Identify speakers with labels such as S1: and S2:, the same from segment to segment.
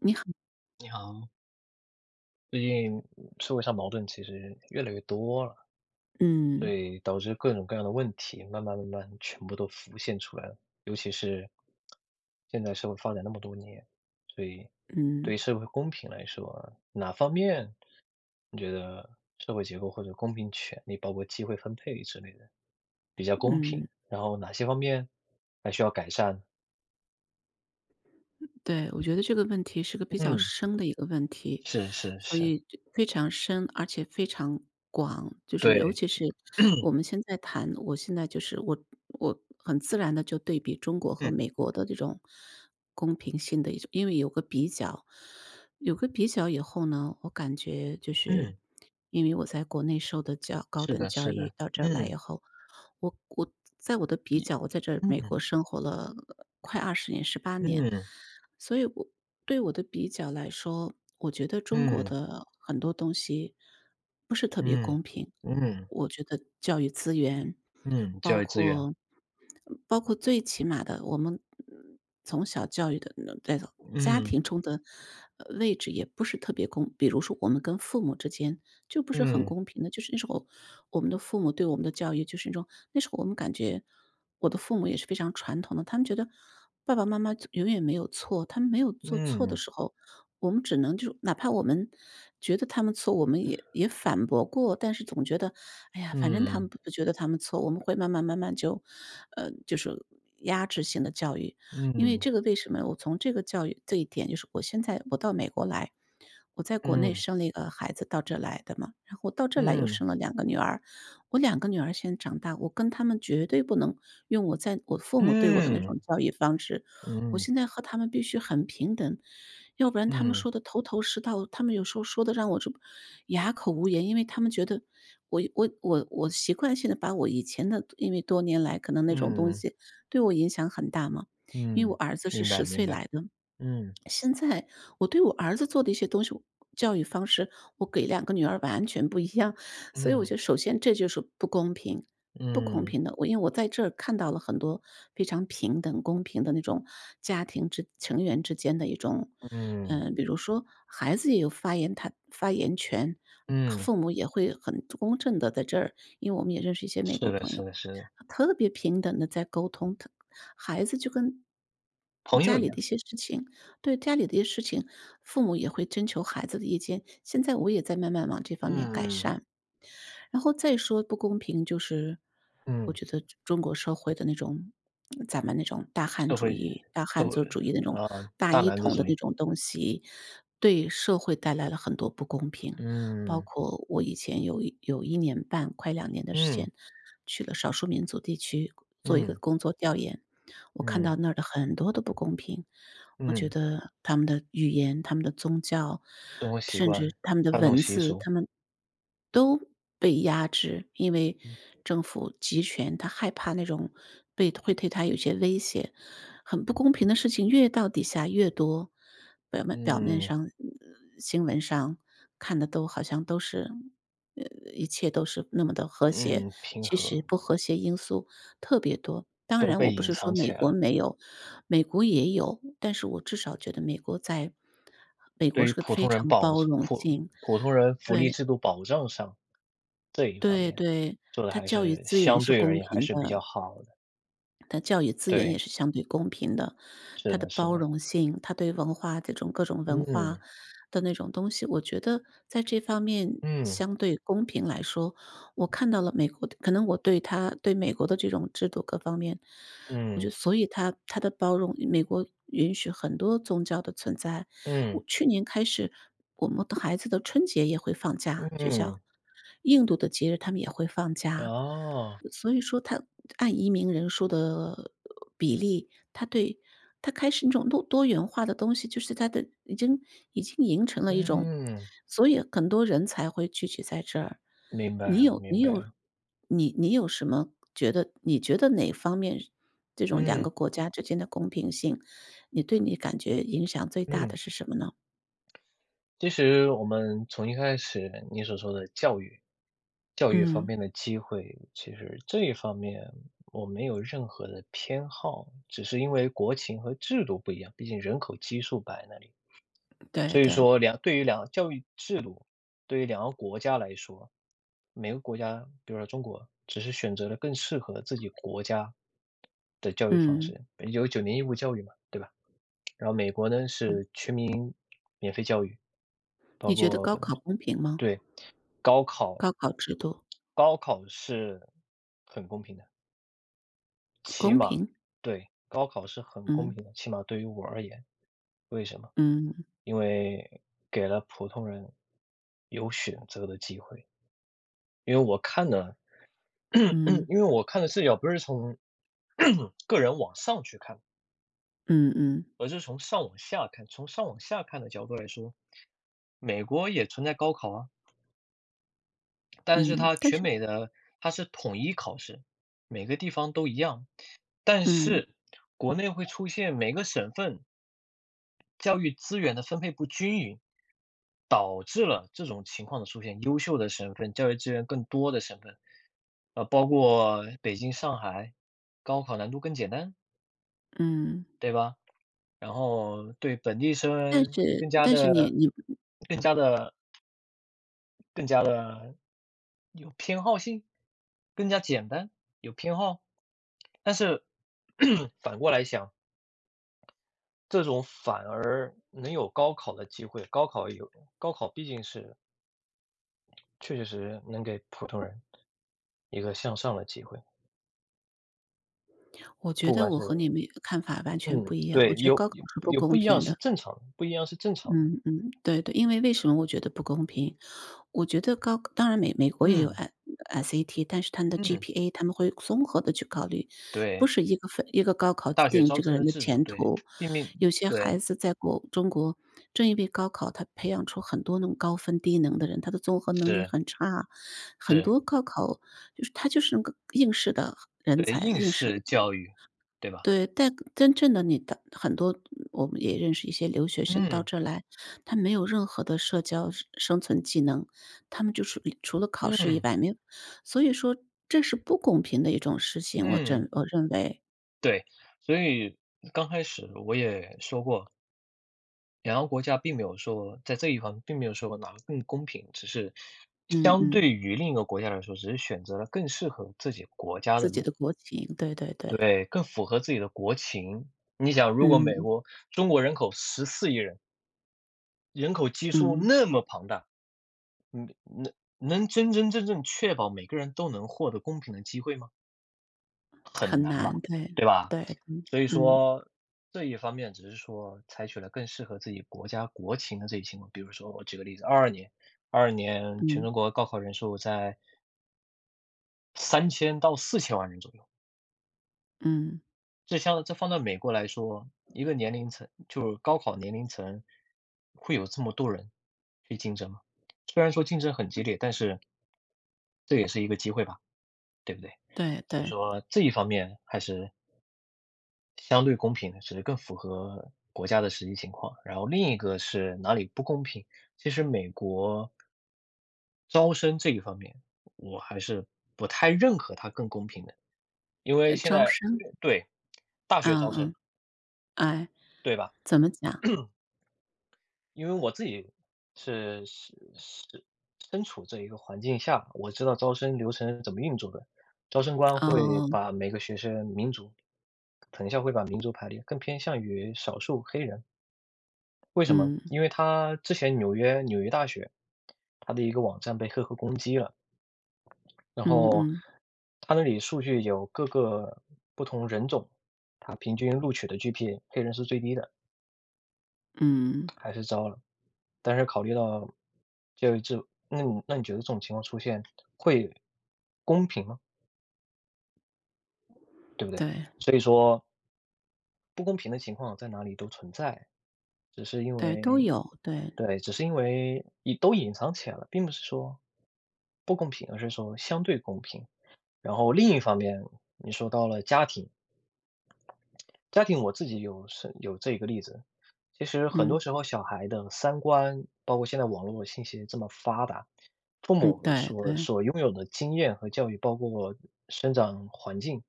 S1: 你好，
S2: 你好，最近社会上矛盾其实越来越多了，所
S1: 嗯
S2: 以导致各种各样的问题慢慢慢慢全部都浮现出来了。尤其是现在社会发展那么多年，所以
S1: 嗯
S2: 对于社会公平来说，哪方面你觉得社会结构或者公平权利，包括机会分配之类的比较公
S1: 嗯。
S2: 平？然后哪些方面还需要改善？
S1: 对，我觉得这个问题是个比较
S2: 嗯，
S1: 深的一个问题，
S2: 是是
S1: 所
S2: 是，
S1: 以就非常深，而且非常广，就是尤
S2: 对，
S1: 其是 我们现在谈，我现在就是我很自然的就对比中国和
S2: 嗯
S1: 美国的这种公平性的一种因为有个比较。有个比较以后呢，我感觉就是
S2: 嗯，
S1: 因为我在国内受的高
S2: 是
S1: 等
S2: 的，
S1: 教
S2: 是
S1: 育，
S2: 的，
S1: 到这儿来以
S2: 嗯，
S1: 后，我在我的比
S2: 你
S1: 较，我在这儿美
S2: 嗯。
S1: 国生活了快20年18年。
S2: 嗯，
S1: 所以我对我的比较来说，我觉得中国
S2: 嗯，
S1: 的很多东西不是特别
S2: 嗯，
S1: 公平。
S2: 嗯，
S1: 我觉得教育资源，
S2: 嗯，
S1: 包
S2: 教育资源，
S1: 括包括最起码的，我们嗯从小教育的，种。家
S2: 嗯，
S1: 庭中的位置也不是特别公，比如说我们跟父母之间就不是很
S2: 嗯，
S1: 公平的，就是那时候我们的父母对我们的教育就是那种，那时候我们感觉我的父母也是非常传统的，他们觉得爸爸妈妈永远没有错，他们没有做错的
S2: 嗯，
S1: 时候，我们只能就哪怕我们觉得他们错，我们也反驳过，但是总觉得，哎呀，反正他们
S2: 嗯，
S1: 不觉得他们错，我们会慢慢慢慢就，就是压制性的教育。因为
S2: 嗯，
S1: 这个为什么我从这个教育这一点就是我现在我到美国来，我在国内
S2: 嗯，
S1: 生了一个孩子到这来的嘛，然后我到这来又
S2: 嗯，
S1: 生了两个女儿，我两个女儿现在长大，我跟她们绝对不能用我在我父母对我的那
S2: 嗯，
S1: 种教育方式，我
S2: 嗯，
S1: 现在和她们必须很平等，要不然她们
S2: 嗯，
S1: 说的头头是道，她们有时候说的让我这哑口无言，因为她们觉得我习惯性的把我以前的因为多年来可能那种东
S2: 嗯，
S1: 西对我影响很大嘛，因为我
S2: 嗯，
S1: 儿子是
S2: 明白
S1: 10岁
S2: 明白，
S1: 来的，
S2: 嗯，
S1: 现在我对我儿子做的一些东西，教育方式，我给两个女儿完全不一样，所以我
S2: 嗯，
S1: 觉得首先这就是不公平，不公
S2: 嗯，
S1: 平的。我因为我在这儿看到了很多非常平等、公平的那种家庭之成员之间的一种，
S2: 嗯，
S1: 比如说孩子也有他发言权，啊
S2: 嗯，
S1: 父母也会很公正的在这儿，因为我们也认识一些美国
S2: 是的
S1: 朋
S2: 是
S1: 友，
S2: 的是的，
S1: 特别平等的在沟通，他孩子就跟
S2: 朋
S1: 家
S2: 友一
S1: 里的
S2: 样，
S1: 一些事情，对家里的一些事情，父母也会征求孩子的意见。现在我也在慢慢往这方面改
S2: 嗯，
S1: 善。然后再说不公平，就是我
S2: 嗯，
S1: 觉得中国社会的那种，咱们那种大汉
S2: 社
S1: 主
S2: 会
S1: 义、大
S2: 社
S1: 汉
S2: 会，
S1: 族主义那种
S2: 啊，
S1: 大
S2: 大
S1: 一
S2: 男子
S1: 统的
S2: 主
S1: 那
S2: 义，
S1: 种东西，对社会带来了很多不公平。包
S2: 嗯，
S1: 括我以前有有一年半，快2年的时
S2: 嗯，
S1: 间，去了少数民族地区做一个
S2: 嗯，
S1: 工作调研，我看
S2: 嗯，
S1: 到那儿的很多的不公平。我觉
S2: 嗯。
S1: 得他们的语言、他们的宗教，
S2: 生活习
S1: 甚至
S2: 惯、
S1: 他们的
S2: 传统
S1: 文
S2: 习
S1: 字，
S2: 俗，
S1: 他们都被压制，因为
S2: 嗯
S1: 政府集权，他害怕那种被会对他有些威胁，很不公平的事情越到底下越多，表面
S2: 嗯
S1: 上，新闻上看的都好像都是，呃，一切都是那么的和谐，
S2: 嗯平
S1: 其实
S2: 和
S1: 不和谐因素特别多。当
S2: 都
S1: 然我
S2: 被
S1: 不
S2: 隐
S1: 是说
S2: 藏
S1: 美
S2: 起来
S1: 国
S2: 了。
S1: 没有，美国也有，但是我至少觉得美国
S2: 对于
S1: 是个
S2: 普
S1: 非
S2: 通人
S1: 常
S2: 保
S1: 包容
S2: 普
S1: 性。
S2: 普通人福利
S1: 对，
S2: 制度保障上，这一方
S1: 对
S2: 面
S1: 对，
S2: 做的
S1: 他
S2: 还
S1: 教育
S2: 是
S1: 资源
S2: 相
S1: 是
S2: 对而
S1: 公
S2: 言还
S1: 平
S2: 是比
S1: 的。
S2: 较好的。
S1: 它教育资源也
S2: 对，
S1: 是相对公平的，
S2: 是
S1: 它的
S2: 的，是
S1: 包
S2: 的，
S1: 容性，它对文化这种各种文
S2: 嗯
S1: 化的那种东西，我觉得在这方面
S2: 嗯
S1: 相对公平来说，我看到了美国的可能我对美国的这种制度各方面，我觉
S2: 嗯
S1: 得所以它的包容美国允许很多宗教的存在。
S2: 嗯
S1: 我去年开始，我们的孩子的春节也会放假，学校。
S2: 嗯，
S1: 印度的节日他们也会放假。
S2: 哦，
S1: 所以说他按移民人数的比例，他对他开始那种多元化的东西，就是他的已经形成了一种，
S2: 嗯，
S1: 所以很多人才会聚集在这儿。
S2: 明
S1: 你
S2: 白了，
S1: 有你
S2: 明白
S1: 有
S2: 了，
S1: 你你有什么觉得你觉得哪方面这种两
S2: 嗯
S1: 个国家之间的公平性，你感觉影响最大的
S2: 嗯。
S1: 是什么呢？
S2: 其实我们从一开始你所说的教育，教育方
S1: 嗯，
S2: 面的机会，其实这一方面我没有任何的偏好，只是因为国情和制度不一样，毕竟人口基数摆那里。
S1: 对
S2: 所以
S1: 对，
S2: 说两对于两教育制度，对于两个国家来说，每个国家，比如说中国，只是选择了更适合自己国家的教育方
S1: 嗯。
S2: 式，有9年义务教育嘛，对吧？然后美国呢
S1: 嗯，
S2: 是全民免费教育，包
S1: 你觉得高
S2: 括
S1: 考公平吗？
S2: 对，高考
S1: 高考制度
S2: 高考是很公平的，起
S1: 公
S2: 码
S1: 平？
S2: 对，高考是很公
S1: 嗯。
S2: 平的，起码对于我而言。为什么？
S1: 嗯，
S2: 因为给了普通人有选择的机会。因为我看的
S1: 嗯，
S2: 因为我看的视角不是从 个人往上去看，
S1: 嗯嗯，
S2: 而是从上往下看。从上往下看的角度来说，美国也存在高考啊，但是
S1: 嗯，
S2: 它
S1: 但
S2: 全
S1: 是
S2: 美的它是统一考试，每个地方都一样。但
S1: 嗯，
S2: 是国内会出现每个省份教育资源的分配不均匀，导致了这种情况的出现。优秀的省份，教育资源更多的省份，呃，包括北京、上海，高考难度更简单，
S1: 嗯，
S2: 对吧？然后对本地
S1: 但
S2: 生
S1: 是
S2: 更加
S1: 但是你
S2: 的
S1: 你
S2: 更加的更加的有偏好性，更加简单，有偏好。但是 反过来想，这种反而能有高考的机会，高考有高考毕竟是确确实实能给普通人一个向上的机会，
S1: 我觉
S2: 不
S1: 得
S2: 管
S1: 我
S2: 是
S1: 和你们看法完全不
S2: 嗯，
S1: 一样，我
S2: 对，
S1: 觉得
S2: 有
S1: 高考
S2: 有
S1: 是不
S2: 有不
S1: 公
S2: 一样
S1: 平
S2: 是
S1: 的。
S2: 正常的，不一样是正常的。
S1: 嗯，嗯，对对，为什么我觉得不公平？我觉得当然美国也有
S2: 嗯，
S1: SAT，但是他们的
S2: 嗯，
S1: GPA 他们会综合的去考虑，不
S2: 对，
S1: 是一个分一个高考
S2: 大学
S1: 定
S2: 招
S1: 这个
S2: 生
S1: 人
S2: 的
S1: 的
S2: 制度，
S1: 前
S2: 对，
S1: 途。
S2: 并
S1: 有些
S2: 对，
S1: 孩子在中国正因为高考，他培养出很多那种高分低能的人，他的综合能力
S2: 是，
S1: 很差，很
S2: 是，
S1: 多高考就是那个应试的人
S2: 对，
S1: 才，
S2: 应
S1: 应试
S2: 试教育，对吧？
S1: 对，但真正的你的很多我们也认识一些留学生到
S2: 嗯。
S1: 这来，他没有任何的社交生存技能，他们就是除了考试以
S2: 嗯
S1: 外没有所以说这是不公平的一种事情，
S2: 嗯，
S1: 我认为。
S2: 对，所以刚开始我也说过，两个国家并没有说在这一方面并没有说哪个更公平，只是
S1: 嗯
S2: 相
S1: 嗯，
S2: 对于另一个国家来说，只是选择了更适合自己国家的
S1: 自己
S2: 路，
S1: 的国情，对对对，
S2: 对，更符合自己的国情。你想，如果美
S1: 嗯
S2: 国中国人口14亿人，人口基数
S1: 嗯，
S2: 那么庞大，嗯，能能真真正正确保每个人都能获得公平的机会吗？很
S1: 很
S2: 难吧，
S1: 难，对，
S2: 对吧？
S1: 对，嗯
S2: 所以
S1: 嗯
S2: 说，这一方面只是说采取了更适合自己国家国情的这一情况。比如说我举个例子二二年全
S1: 嗯
S2: 中国高考人数在3000到4000万人左右。
S1: 嗯，
S2: 这像这放到美国来说，一个年龄层就是高考年龄层，会有这么多人去竞争吗？虽然说竞争很激烈，但是这也是一个机会吧，对不对？
S1: 对
S2: 所以
S1: 对，
S2: 说这一方面还是相对公平的，只是更符合国家的实际情况。然后另一个是哪里不公平，其实美国招生这一方面，我还是不太认可它更公平的，因为
S1: 呃
S2: 现
S1: 招
S2: 在
S1: 生，
S2: 对，大学
S1: 嗯
S2: 招生，
S1: 嗯，哎，
S2: 对吧？
S1: 怎么讲？
S2: 因为我自己是是是身处这一个环境下，我知道招生流程是怎么运作的。招生官会
S1: 哦，
S2: 把每个学生民族，藤校会把民族排列，更偏向于少数黑人。为什么？
S1: 嗯
S2: 因为他之前纽约大学，他的一个网站被黑客攻击了，然
S1: 嗯
S2: 后
S1: 嗯
S2: 他那里数据有各个不同人种，他平均录取的 GPA，黑人是最低的，
S1: 嗯，
S2: 还是招了。但是考虑到教育制那你觉得这种情况出现会公平吗？对不对？
S1: 对。
S2: 所以说不公平的情况在哪里都存在，只是因
S1: 对，都
S2: 为
S1: 有，对，
S2: 对，只是因为都隐藏起来了，并不是说不公平，而是说相对公平。然后另一方面，你说到了家庭，家庭我自己有是有这个例子。其实很
S1: 嗯，
S2: 多时候小孩的三观，包括现在网络信息这么发达，父
S1: 嗯，
S2: 母
S1: 对
S2: 所
S1: 对，
S2: 所拥有的经验和教育，包括生长环境，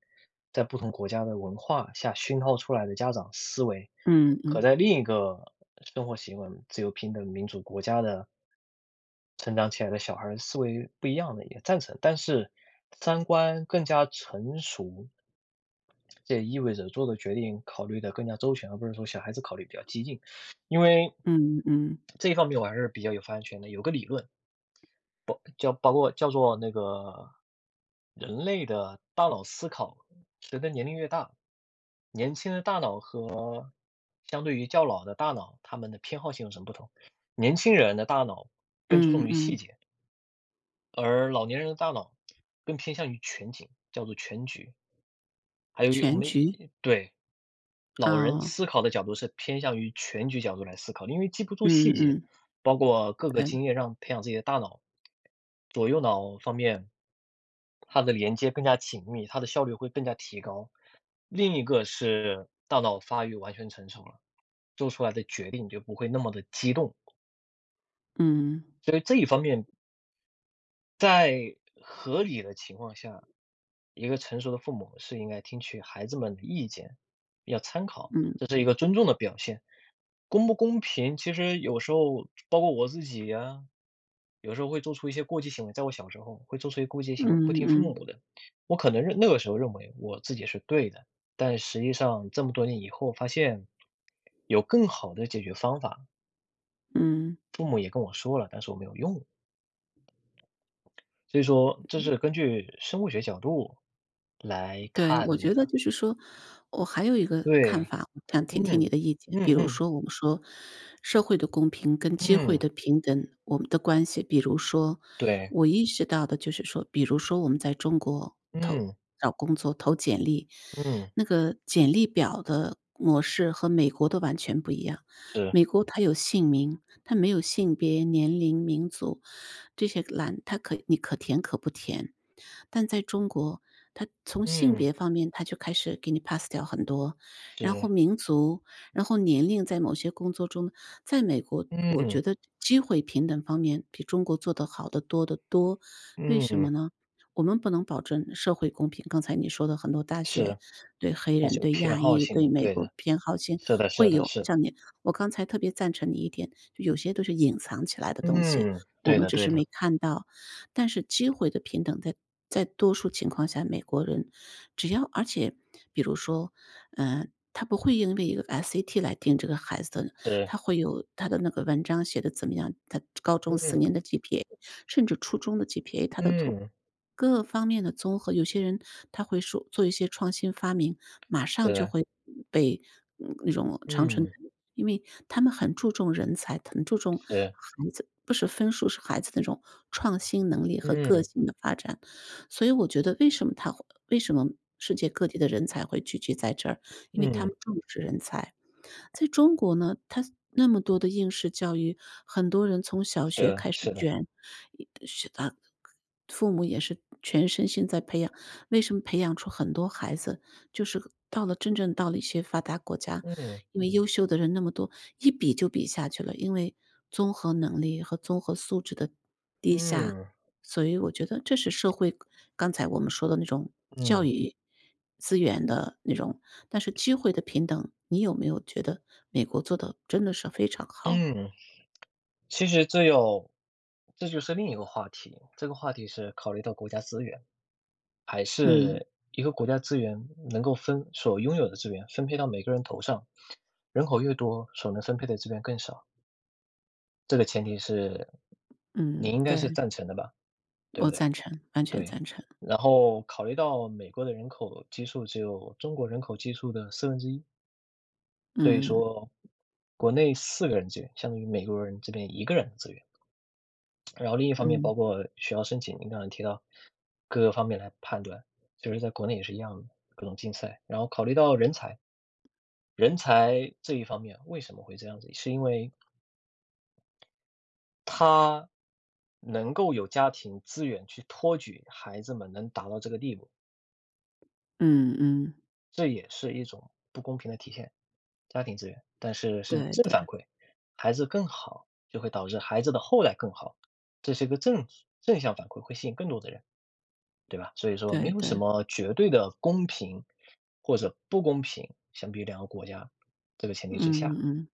S2: 在不同国家的文化下熏陶出来的家长思维，
S1: 嗯
S2: 和
S1: 嗯，
S2: 在另一个生活习惯自由、平等、民主国家的成长起来的小孩儿思维不一样的，也赞成。但是三观更加成熟，这也意味着做的决定考虑的更加周全，而不是说小孩子考虑比较激进。因为
S1: 嗯嗯，
S2: 这一方面我还是比较有发言权的，有个理论叫包括叫做那个人类的大脑思考，随着年龄越大，年轻的大脑和相对于较老的大脑，他们的偏好性有什么不同？年轻人的大脑更注
S1: 嗯
S2: 重于细
S1: 嗯，
S2: 节，而老年人的大脑更偏向于全景，叫做全局。还有一我
S1: 全
S2: 们
S1: 局，
S2: 一对老人
S1: 啊，
S2: 思考的角度是偏向于全局角度来思考的因为记不住细
S1: 嗯
S2: 节，
S1: 嗯，
S2: 包括各个
S1: 对，
S2: 经验，让培养自己的大脑左右脑方面它的连接更加紧密，它的效率会更加提高。另一个是大脑发育完全成熟了，做出来的决定就不会那么的激动。
S1: 嗯，
S2: 所以这一方面，在合理的情况下一个成熟的父母是应该听取孩子们的意见，要参考，
S1: 嗯，
S2: 这是一个尊重的表现。公不公平，其实有时候包括我自己呀，有时候会做出一些过激行为，在我小时候会做出一些过激行为，不
S1: 嗯
S2: 听父
S1: 嗯，
S2: 母的。我可能认那个时候认为我自己是对的，但实际上这么多年以后发现，有更好的解决方法，
S1: 嗯。
S2: 父母也跟我说了，但是我没有用。所以说这是根据生物学角度来
S1: 对，我
S2: 看
S1: 觉得
S2: 的，
S1: 就是说，我还有一个看
S2: 对。
S1: 法，我想听听你
S2: 嗯，
S1: 的意见。比
S2: 嗯
S1: 如
S2: 嗯
S1: 说，我们说社会的公平跟机会
S2: 嗯，
S1: 的平等，我们的关系，比如说，
S2: 对，
S1: 我意识到的就是说，比如说我们在中国
S2: 嗯
S1: 找工作投简历，
S2: 嗯，
S1: 那个简历表的模式和美国的完全不一样。
S2: 是，
S1: 美国它有姓名，它没有性别、年龄、民族，这些蓝它可你可甜可不甜。但在中国，它从性
S2: 嗯
S1: 别方面，它就开始给你 pass 掉很多，然后
S2: 是，
S1: 民族，然后年龄，在某些工作中，在美国，我觉
S2: 嗯
S1: 得机会平等方面比中国做得好得多得多。为什么
S2: 嗯，
S1: 呢？我们不能保证社会公平，刚才你说的很多大学
S2: 是，
S1: 对黑
S2: 它
S1: 人、
S2: 是有
S1: 对
S2: 偏
S1: 亚
S2: 好
S1: 裔、
S2: 性
S1: 对
S2: 的，
S1: 美
S2: 对
S1: 国
S2: 的，
S1: 偏好性
S2: 是的是
S1: 会
S2: 的
S1: 有
S2: 是的，
S1: 像你我刚才特别赞成你一点，就有些都是隐藏起来的东西，
S2: 嗯，
S1: 我
S2: 对
S1: 们
S2: 的
S1: 只
S2: 对
S1: 是没
S2: 的，
S1: 看到。但是机会的平等在多数情况下，美国人只要而且比如说，嗯，他不会因为一个 SAT 来定这个孩子的，
S2: 是，
S1: 他会有他的那个文章写得怎么样，他高中四
S2: 嗯
S1: 年的 GPA，甚至初中的 GPA，他的同。
S2: 嗯，
S1: 各方面的综合，有些人他会说做一些创新发明，马上就
S2: 是，
S1: 会被那种长春
S2: 嗯
S1: 藤因为他们很注重人才，很注重
S2: 是，
S1: 孩子，不是分数，是孩子那种创新能力和个
S2: 嗯
S1: 性的发展。所以我觉得为什么世界各地的人才会聚集在这儿，因为他
S2: 嗯，
S1: 们重视人才。在中国呢，他那么多的应试教育，很多人从小
S2: 是
S1: 学
S2: 的
S1: 开始
S2: 是的，
S1: 卷，一是啊，父母也是全身心在培养。为什么培养出很多孩子，就是真正到了一些发达国家，
S2: 嗯
S1: 因为优秀的人那么多，一比就比下去了，因为综合能力和综合素质的低下，
S2: 嗯
S1: 所以我觉得这是社会刚才我们说的那种教
S2: 嗯
S1: 育资源的那种，但是机会的平等，你有没有觉得美国做的真的是非常好？
S2: 嗯，其实这有这就是另一个话题，这个话题是考虑到国家资源。还
S1: 嗯，
S2: 是一个国家资源能够分所拥有的资源分配到每个人头上，人口越多，所能分配的资源更少。这个前提是，你
S1: 嗯，
S2: 应该
S1: 对，
S2: 是赞成的吧，对不
S1: 我
S2: 对？
S1: 赞成，完全
S2: 对。
S1: 赞成。
S2: 然后考虑到美国的人口基数只有中国人口基数的1/4，所以
S1: 嗯，
S2: 说国内四个人资源，相当于美国人这边一个人的资源。然后另一方面，
S1: 嗯，
S2: 包括学校申请，您刚才提到各个方面来判断，就是在国内也是一样的，各种竞赛。然后考虑到人才，人才这一方面为什么会这样子？是因为他能够有家庭资源去托举孩子们能达到这个地步，
S1: 嗯嗯嗯，
S2: 这也是一种不公平的体现，家庭资源，但是是
S1: 对
S2: 正
S1: 对
S2: 反馈，孩子更好，就会导致孩子的后代更好，这是一个正向反馈，会吸引更多的人。对吧？所以说没
S1: 对
S2: 有什
S1: 对，
S2: 么绝对的公平或者不公平，相比于两个国家这个前提
S1: 嗯
S2: 之
S1: 嗯
S2: 下。
S1: 嗯。